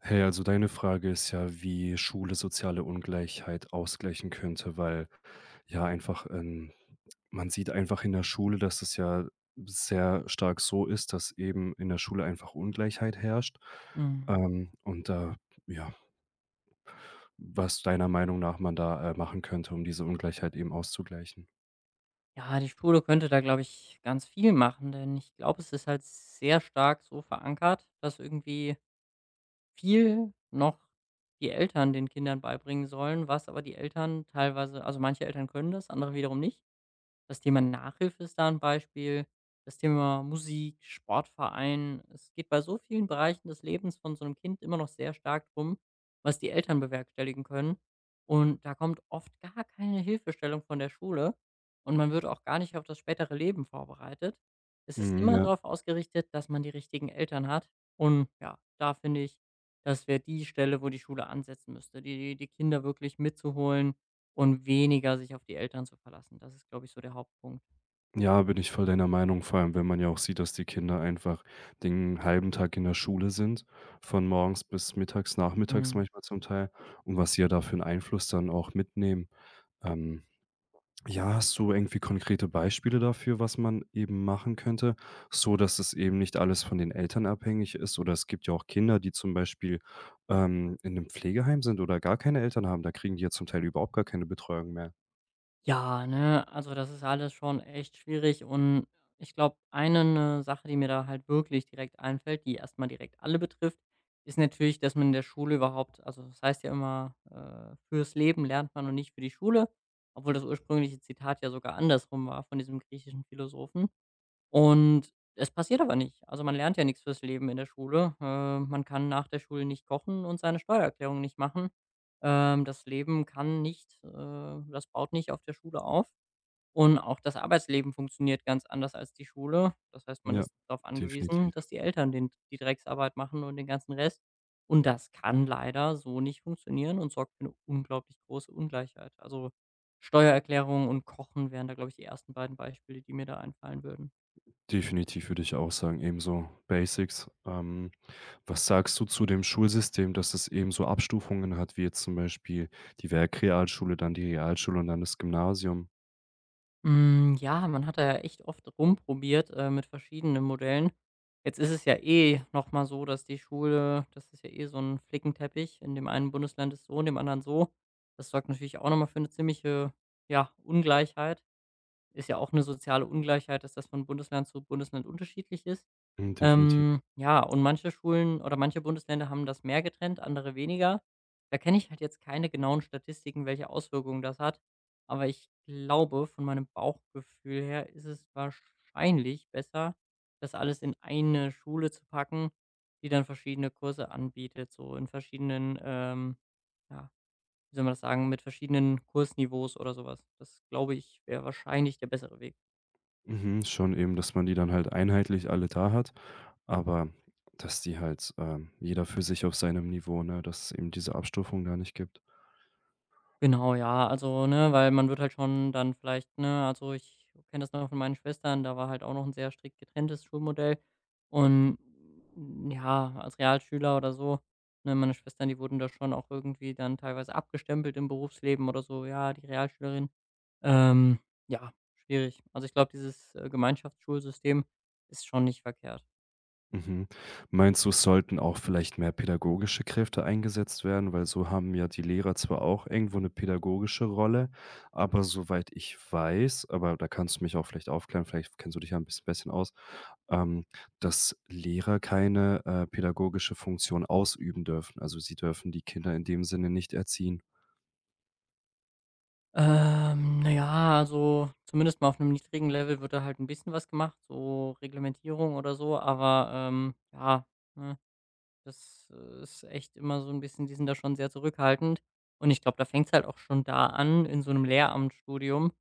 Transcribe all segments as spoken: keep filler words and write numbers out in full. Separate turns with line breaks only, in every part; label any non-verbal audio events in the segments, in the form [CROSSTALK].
Hey, also deine Frage ist ja, wie Schule soziale Ungleichheit ausgleichen könnte, weil ja einfach, ähm, man sieht einfach in der Schule, dass es ja sehr stark so ist, dass eben in der Schule einfach Ungleichheit herrscht.
Mhm.
Ähm, und da, ja, was deiner Meinung nach man da, äh, machen könnte, um diese Ungleichheit eben auszugleichen?
Ja, die Schule könnte da, glaube ich, ganz viel machen, denn ich glaube, es ist halt sehr stark so verankert, dass irgendwie viel noch die Eltern den Kindern beibringen sollen, was aber die Eltern teilweise also manche Eltern können das, andere wiederum nicht. Das Thema Nachhilfe ist da ein Beispiel, das Thema Musik, Sportverein. Es geht bei so vielen Bereichen des Lebens von so einem Kind immer noch sehr stark drum, was die Eltern bewerkstelligen können. Und da kommt oft gar keine Hilfestellung von der Schule und man wird auch gar nicht auf das spätere Leben vorbereitet. Es ist
Mhm,
immer
ja.
darauf ausgerichtet, dass man die richtigen Eltern hat. Und ja, da finde ich, das wäre die Stelle, wo die Schule ansetzen müsste, die die Kinder wirklich mitzuholen und weniger sich auf die Eltern zu verlassen. Das ist, glaube ich, so der Hauptpunkt.
Ja, bin ich voll deiner Meinung, vor allem wenn man ja auch sieht, dass die Kinder einfach den halben Tag in der Schule sind, von morgens bis mittags, nachmittags
Mhm.
manchmal zum Teil, und was sie ja da für 'n Einfluss dann auch mitnehmen. Ähm, ja, hast du irgendwie konkrete Beispiele dafür, was man eben machen könnte, so dass es eben nicht alles von den Eltern abhängig ist? Oder es gibt ja auch Kinder, die zum Beispiel, ähm, in einem Pflegeheim sind oder gar keine Eltern haben, da kriegen die ja zum Teil überhaupt gar keine Betreuung mehr.
Ja, ne, also das ist alles schon echt schwierig und ich glaube, eine 'ne Sache, die mir da halt wirklich direkt einfällt, die erstmal direkt alle betrifft, ist natürlich, dass man in der Schule überhaupt also das heißt ja immer, äh: „Fürs Leben lernt man und nicht für die Schule“, obwohl das ursprüngliche Zitat ja sogar andersrum war von diesem griechischen Philosophen. Und es passiert aber nicht. Also, man lernt ja nichts fürs Leben in der Schule. Äh, man kann nach der Schule nicht kochen und seine Steuererklärung nicht machen. Ähm, das Leben kann nicht äh, das baut nicht auf der Schule auf. Und auch das Arbeitsleben funktioniert ganz anders als die Schule. Das heißt, man
Ja,
ist darauf angewiesen,
definitiv.
dass die Eltern den die Drecksarbeit machen und den ganzen Rest. Und das kann leider so nicht funktionieren und sorgt für eine unglaublich große Ungleichheit. Also, Steuererklärung und Kochen wären da, glaube ich, die ersten beiden Beispiele, die mir da einfallen würden.
Definitiv würde ich auch sagen, ebenso Basics. Ähm, was sagst du zu dem Schulsystem, dass es eben so Abstufungen hat, wie jetzt zum Beispiel die Werkrealschule, dann die Realschule und dann das Gymnasium?
Hm, ja, man hat da ja echt oft rumprobiert, äh, mit verschiedenen Modellen. Jetzt ist es ja eh noch mal so, dass die Schule das ist ja eh so ein Flickenteppich. In dem einen Bundesland ist so, in dem anderen so. Das sorgt natürlich auch noch mal für eine ziemliche, ja, Ungleichheit. Ist ja auch eine soziale Ungleichheit, dass das von Bundesland zu Bundesland unterschiedlich ist.
Mhm, definitiv.
Ähm, ja, und manche Schulen oder manche Bundesländer haben das mehr getrennt, andere weniger. Da kenne ich halt jetzt keine genauen Statistiken, welche Auswirkungen das hat. Aber ich glaube, von meinem Bauchgefühl her ist es wahrscheinlich besser, das alles in eine Schule zu packen, die dann verschiedene Kurse anbietet, so in verschiedenen, ähm, ja, wie soll man das sagen, mit verschiedenen Kursniveaus oder sowas. Das, glaube ich, wäre wahrscheinlich der bessere Weg.
Mhm, schon eben, dass man die dann halt einheitlich alle da hat, aber dass die halt, ähm, jeder für sich auf seinem Niveau, ne, dass es eben diese Abstufung da nicht gibt.
Genau, ja, also, ne, weil man wird halt schon dann vielleicht, ne also, ich kenne das noch von meinen Schwestern, da war halt auch noch ein sehr strikt getrenntes Schulmodell und, hm, ja, als Realschüler oder so, ne, meine Schwestern, die wurden da schon auch irgendwie dann teilweise abgestempelt im Berufsleben oder so: „Ja, die Realschülerin.“ Ähm, ja, schwierig. Also, ich glaube, dieses, äh, Gemeinschaftsschulsystem ist schon nicht verkehrt.
Mhm. Meinst du, es sollten auch vielleicht mehr pädagogische Kräfte eingesetzt werden? Weil so haben ja die Lehrer zwar auch irgendwo eine pädagogische Rolle, aber soweit ich weiß, aber da kannst du mich auch vielleicht aufklären, vielleicht kennst du dich ja ein bisschen bisschen aus, ähm, dass Lehrer keine, äh, pädagogische Funktion ausüben dürfen. Also, sie dürfen die Kinder in dem Sinne nicht erziehen.
Ähm, na ja, also zumindest mal auf einem niedrigen Level wird da halt ein bisschen was gemacht, so Reglementierung oder so, aber, ähm, ja, ne, das äh, ist echt immer so ein bisschen die sind da schon sehr zurückhaltend. Und ich glaube, da fängt es halt auch schon da an in so einem Lehramtsstudium.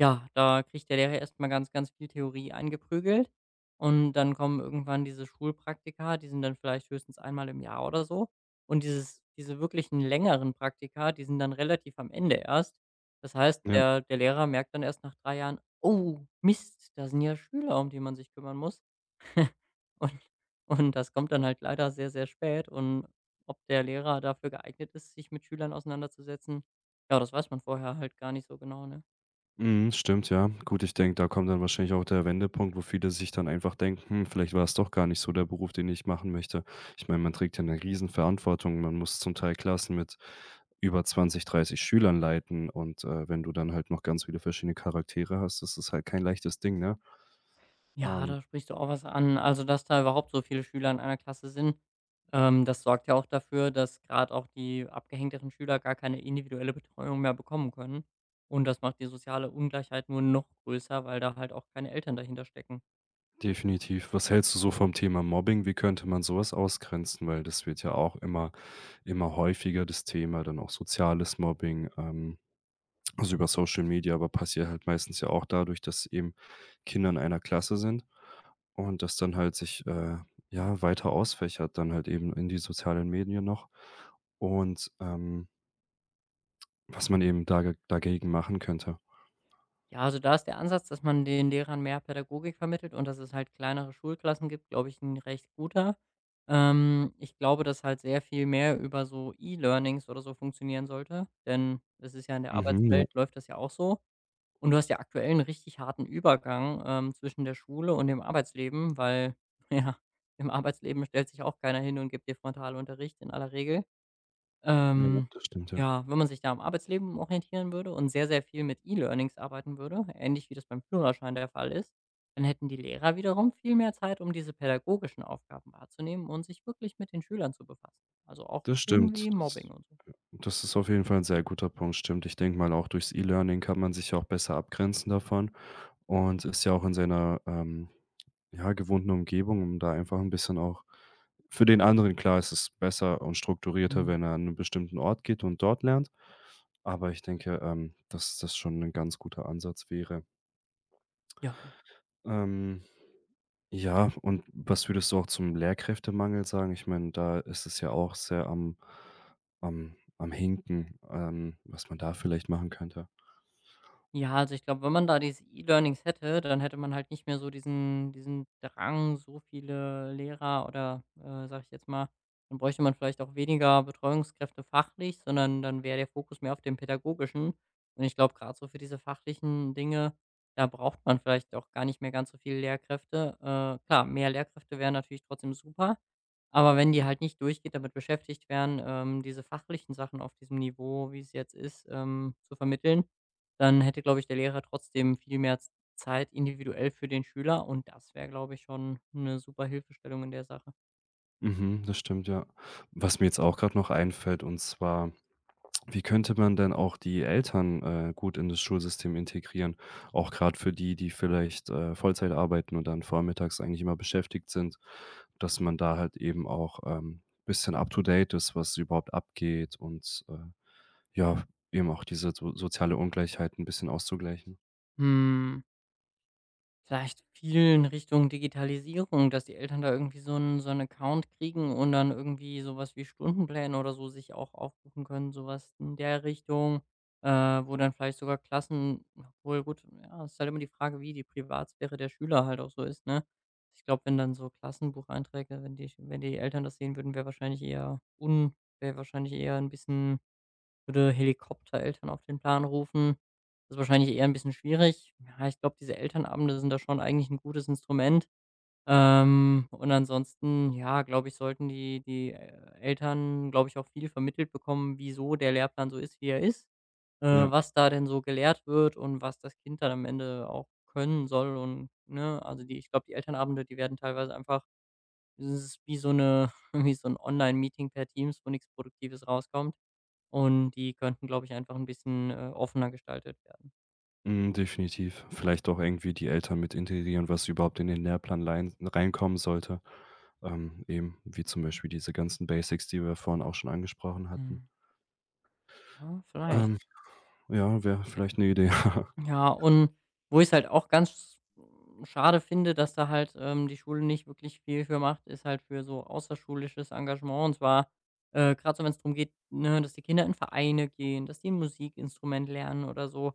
Ja, da kriegt der Lehrer erst mal ganz, ganz viel Theorie eingeprügelt und dann kommen irgendwann diese Schulpraktika, die sind dann vielleicht höchstens einmal im Jahr oder so. Und dieses diese wirklichen längeren Praktika, die sind dann relativ am Ende erst. Das heißt,
Ja.
der der Lehrer merkt dann erst nach drei Jahren: „Oh, Mist, da sind ja Schüler, um die man sich kümmern muss.“ [LAUGHS] Und und das kommt dann halt leider sehr, sehr spät und ob der Lehrer dafür geeignet ist, sich mit Schülern auseinanderzusetzen, ja, das weiß man vorher halt gar nicht so genau, ne?
Mhm, stimmt, ja. Gut, ich denke, da kommt dann wahrscheinlich auch der Wendepunkt, wo viele sich dann einfach denken: „Hm, vielleicht war es doch gar nicht so der Beruf, den ich machen möchte.“ Ich meine, man trägt ja eine Riesenverantwortung. Man muss zum Teil Klassen mit über zwanzig, dreißig Schülern leiten und, äh, wenn du dann halt noch ganz viele verschiedene Charaktere hast, das ist halt kein leichtes Ding, ne?
Ja,
Ähm,
da sprichst du auch was an. Also, dass da überhaupt so viele Schüler in einer Klasse sind, ähm, das sorgt ja auch dafür, dass gerade auch die abgehängteren Schüler gar keine individuelle Betreuung mehr bekommen können. Und das macht die soziale Ungleichheit nur noch größer, weil da halt auch keine Eltern dahinter stecken.
Definitiv. Was hältst du so vom Thema Mobbing? Wie könnte man sowas ausgrenzen? Weil das wird ja auch immer immer häufiger, das Thema, dann auch soziales Mobbing, ähm also über Social Media, aber passiert halt meistens ja auch dadurch, dass eben Kinder in einer Klasse sind und das dann halt sich, äh, ja, weiter ausfächert, dann halt eben in die sozialen Medien noch und, ähm, was man eben dage dagegen machen könnte.
Ja, also da ist der Ansatz, dass man den Lehrern mehr Pädagogik vermittelt und dass es halt kleinere Schulklassen gibt, glaube ich, ein recht guter. Ähm, ich glaube, dass halt sehr viel mehr über so E-Learnings oder so funktionieren sollte, denn es ist ja in der
Mhm, ja,
Arbeitswelt läuft das ja auch so. Und du hast ja aktuell einen richtig harten Übergang, ähm, zwischen der Schule und dem Arbeitsleben, weil, [LAUGHS] ja, im Arbeitsleben stellt sich auch keiner hin und gibt dir Frontalunterricht in aller Regel.
ja,
Ähm,
das stimmt, ja.
ja, wenn man sich da am Arbeitsleben orientieren würde und sehr, sehr viel mit E-Learnings arbeiten würde, ähnlich wie das beim Führerschein der Fall ist, dann hätten die Lehrer wiederum viel mehr Zeit, um diese pädagogischen Aufgaben wahrzunehmen und sich wirklich mit den Schülern zu befassen. Also, auch
Das
Themen
stimmt.
wie
Das
Mobbing und so.
das ist auf jeden Fall ein sehr guter Punkt, stimmt. Ich denke mal, auch durchs E-Learning kann man sich ja auch besser abgrenzen davon. Und ist ja auch in seiner, ähm, ja, gewohnten Umgebung, um da einfach ein bisschen auch für den anderen klar, es ist besser und strukturierter,
Mhm.
wenn er an 'nen bestimmten Ort geht und dort lernt. Aber ich denke, ähm, dass das schon ein ganz guter Ansatz wäre.
Ja.
Ähm, ja, und was würdest du auch zum Lehrkräftemangel sagen? Ich meine, da ist es ja auch sehr am am am Hinken, ähm, was man da vielleicht machen könnte.
Ja, also ich glaube, wenn man da diese E-Learnings hätte, dann hätte man halt nicht mehr so diesen diesen Drang, so viele Lehrer oder, äh, sage ich jetzt mal dann bräuchte man vielleicht auch weniger Betreuungskräfte fachlich, sondern dann wäre der Fokus mehr auf dem Pädagogischen. Und ich glaube, gerade so für diese fachlichen Dinge, da braucht man vielleicht auch gar nicht mehr ganz so viele Lehrkräfte. Äh, klar, mehr Lehrkräfte wären natürlich trotzdem super, aber wenn die halt nicht durchgeht, damit beschäftigt wären, ähm, diese fachlichen Sachen auf diesem Niveau, wie es jetzt ist, ähm, zu vermitteln, dann hätte, glaube ich, der Lehrer trotzdem viel mehr Z- Zeit individuell für den Schüler und das wäre, glaube ich, schon eine super Hilfestellung in der Sache.
Mhm, das stimmt, ja. Was mir jetzt auch gerade noch einfällt, und zwar: wie könnte man denn auch die Eltern, äh, gut in das Schulsystem integrieren? Auch gerade für die, die vielleicht, äh, Vollzeit arbeiten und dann vormittags eigentlich immer beschäftigt sind, dass man da halt eben auch ein ähm, bisschen up to date ist, was überhaupt abgeht und, äh, ja, eben auch diese so soziale Ungleichheit 'n bisschen auszugleichen.
Hm. Vielleicht vielen Richtung Digitalisierung, dass die Eltern da irgendwie so 'n so 'n Account kriegen und dann irgendwie so was wie Stundenpläne oder so sich auch aufrufen können, so was in der Richtung, äh, wo dann vielleicht sogar Klassen obwohl gut, ja, ist halt immer die Frage, wie die Privatsphäre der Schüler halt auch so ist, ne? Ich glaube, wenn dann so Klassenbucheinträge wenn die wenn die Eltern das sehen würden, wäre wahrscheinlich eher un wäre wahrscheinlich eher 'n bisschen würde Helikoptereltern auf den Plan rufen. Das ist wahrscheinlich eher ein bisschen schwierig. Ja, ich glaube, diese Elternabende sind da schon eigentlich ein gutes Instrument. Ähm, und ansonsten, ja, glaube ich, sollten die die, äh, Eltern, glaube ich, auch viel vermittelt bekommen, wieso der Lehrplan so ist, wie er ist, äh,
Ja,
was da denn so gelehrt wird und was das Kind dann am Ende auch können soll und, ne? Also, die ich glaube, die Elternabende, die werden teilweise einfach es ist wie so eine [LAUGHS] wie so ein Online-Meeting per Teams, wo nichts Produktives rauskommt. Und die könnten, glaube ich, einfach ein bisschen, äh, offener gestaltet werden.
mhm, definitiv. Vielleicht auch irgendwie die Eltern mit integrieren, was überhaupt in den Lehrplan lein reinkommen sollte. Ähm, eben wie zum Beispiel diese ganzen Basics, die wir vorhin auch schon angesprochen hatten.
Mhm. Ja, vielleicht.
Ähm, ja, wäre vielleicht eine Idee. [LAUGHS]
Ja, und wo ich's halt auch ganz schade finde, dass da halt, ähm, die Schule nicht wirklich viel für macht, ist halt für so außerschulisches Engagement. Und zwar, äh, grad so, wenn es darum geht, ne, dass die Kinder in Vereine gehen, dass die 'n Musikinstrument lernen oder so.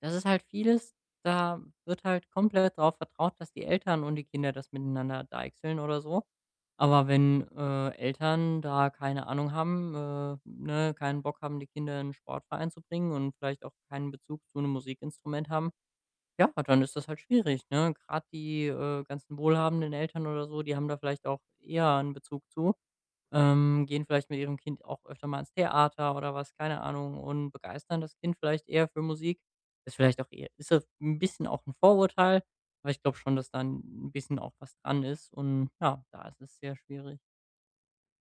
Das ist halt vieles, da wird halt komplett darauf vertraut, dass die Eltern und die Kinder das miteinander deichseln oder so. Aber wenn, äh, Eltern da keine Ahnung haben, äh, ne, keinen Bock haben, die Kinder in 'n Sportverein zu bringen und vielleicht auch keinen Bezug zu einem Musikinstrument haben, ja, dann ist das halt schwierig, ne? Gerade die, äh, ganzen wohlhabenden Eltern oder so, die haben da vielleicht auch eher einen Bezug zu ähm, gehen vielleicht mit ihrem Kind auch öfter mal ins Theater oder was, keine Ahnung, und begeistern das Kind vielleicht eher für Musik. Ist vielleicht auch eher, ist das 'n bisschen auch ein Vorurteil, aber ich glaube schon, dass da ein bisschen auch was dran ist und ja, da ist es sehr schwierig.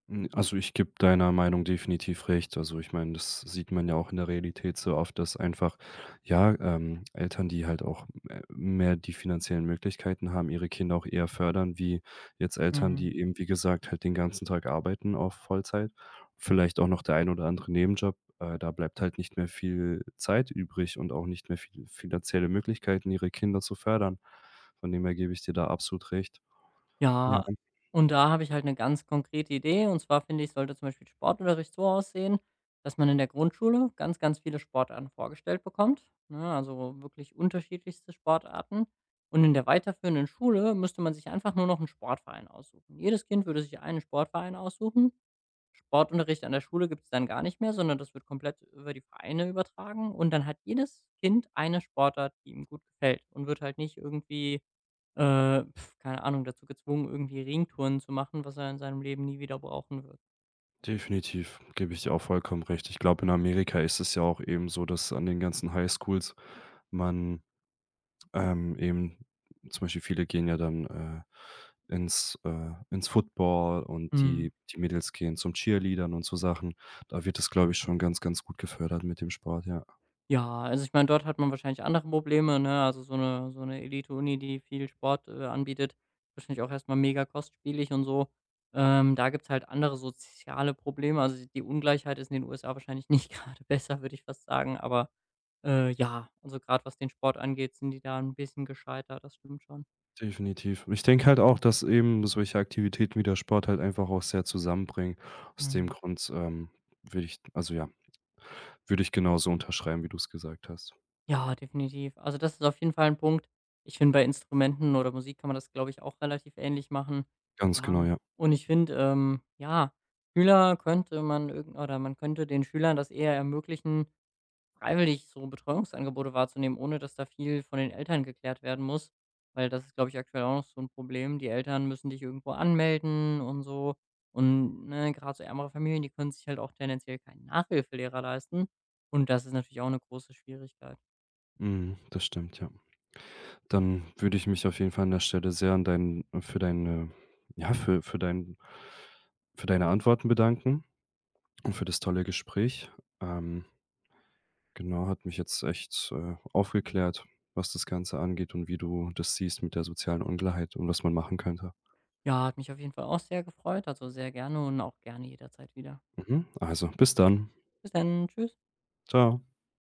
Hm, also, ich gebe deiner Meinung definitiv recht. Also, ich meine, das sieht man ja auch in der Realität so oft, dass einfach, ja, ähm, Eltern, die halt auch me mehr die finanziellen Möglichkeiten haben, ihre Kinder auch eher fördern, wie jetzt Eltern,
Mhm.
die eben, wie gesagt, halt den ganzen Tag arbeiten auf Vollzeit. Vielleicht auch noch der ein oder andere Nebenjob, äh, da bleibt halt nicht mehr viel Zeit übrig und auch nicht mehr viel finanzielle Möglichkeiten, ihre Kinder zu fördern. Von dem her gebe ich dir da absolut recht. Ja.
Ja, und da habe ich halt eine ganz konkrete Idee. Und zwar finde ich, sollte zum Beispiel Sportunterricht so aussehen, dass man in der Grundschule ganz, ganz viele Sportarten vorgestellt bekommt, ne, also wirklich unterschiedlichste Sportarten. Und in der weiterführenden Schule müsste man sich einfach nur noch einen Sportverein aussuchen. Jedes Kind würde sich einen Sportverein aussuchen. Sportunterricht an der Schule gibt es dann gar nicht mehr, sondern das wird komplett über die Vereine übertragen. Und dann hat jedes Kind eine Sportart, die ihm gut gefällt und wird halt nicht irgendwie äh, pf, keine Ahnung, dazu gezwungen, irgendwie Ringtouren zu machen, was er in seinem Leben nie wieder brauchen wird.
Definitiv, gebe ich dir auch vollkommen recht. Ich glaube, in Amerika ist es ja auch eben so, dass an den ganzen Highschools man, ähm, eben zum Beispiel viele gehen ja dann, äh, ins äh, ins Football und
Mhm.
die die Mädels gehen zum Cheerleadern und so Sachen. Da wird es, glaube ich, schon ganz, ganz gut gefördert mit dem Sport, ja.
Ja, also ich meine, dort hat man wahrscheinlich andere Probleme, ne? Also so eine so eine Elite-Uni, die viel Sport, äh, anbietet, wahrscheinlich auch erstmal mega kostspielig und so. Ähm, da gibt's halt andere soziale Probleme. Also die Ungleichheit ist in den U S A wahrscheinlich nicht [LAUGHS] gerade besser, würde ich fast sagen. Aber, äh, ja, also gerade was den Sport angeht, sind die da ein bisschen gescheiter, das stimmt schon.
Definitiv. Ich denke halt auch, dass eben solche Aktivitäten wie der Sport halt einfach auch sehr zusammenbringen. Aus dem Grund, ähm, würde ich, also ja, würde ich genauso unterschreiben, wie du es gesagt hast.
Ja, definitiv. Also, das ist auf jeden Fall ein Punkt. Ich finde, bei Instrumenten oder Musik kann man das, glaube ich, auch relativ ähnlich machen.
Ganz genau,
Ja,
ja.
und ich finde, ähm, ja, Schüler könnte man irgend oder man könnte den Schülern das eher ermöglichen, freiwillig so Betreuungsangebote wahrzunehmen, ohne dass da viel von den Eltern geklärt werden muss, weil das ist, glaube ich, aktuell auch noch so ein Problem. Die Eltern müssen dich irgendwo anmelden und so. Und, ne, grad so ärmere Familien, die können sich halt auch tendenziell keinen Nachhilfelehrer leisten. Und das ist natürlich auch eine große Schwierigkeit.
Mhm, das stimmt, ja. Dann würde ich mich auf jeden Fall an der Stelle sehr an deinen, für deine, ja, für für dein, für deine Antworten bedanken und für das tolle Gespräch. Ähm genau, hat mich jetzt echt, äh, aufgeklärt, was das Ganze angeht und wie du das siehst mit der sozialen Ungleichheit und was man machen könnte.
Ja, hat mich auf jeden Fall auch sehr gefreut, also, sehr gerne und auch gerne jederzeit wieder.
Mhm, also bis dann.
Bis dann. Tschüss.
Ciao.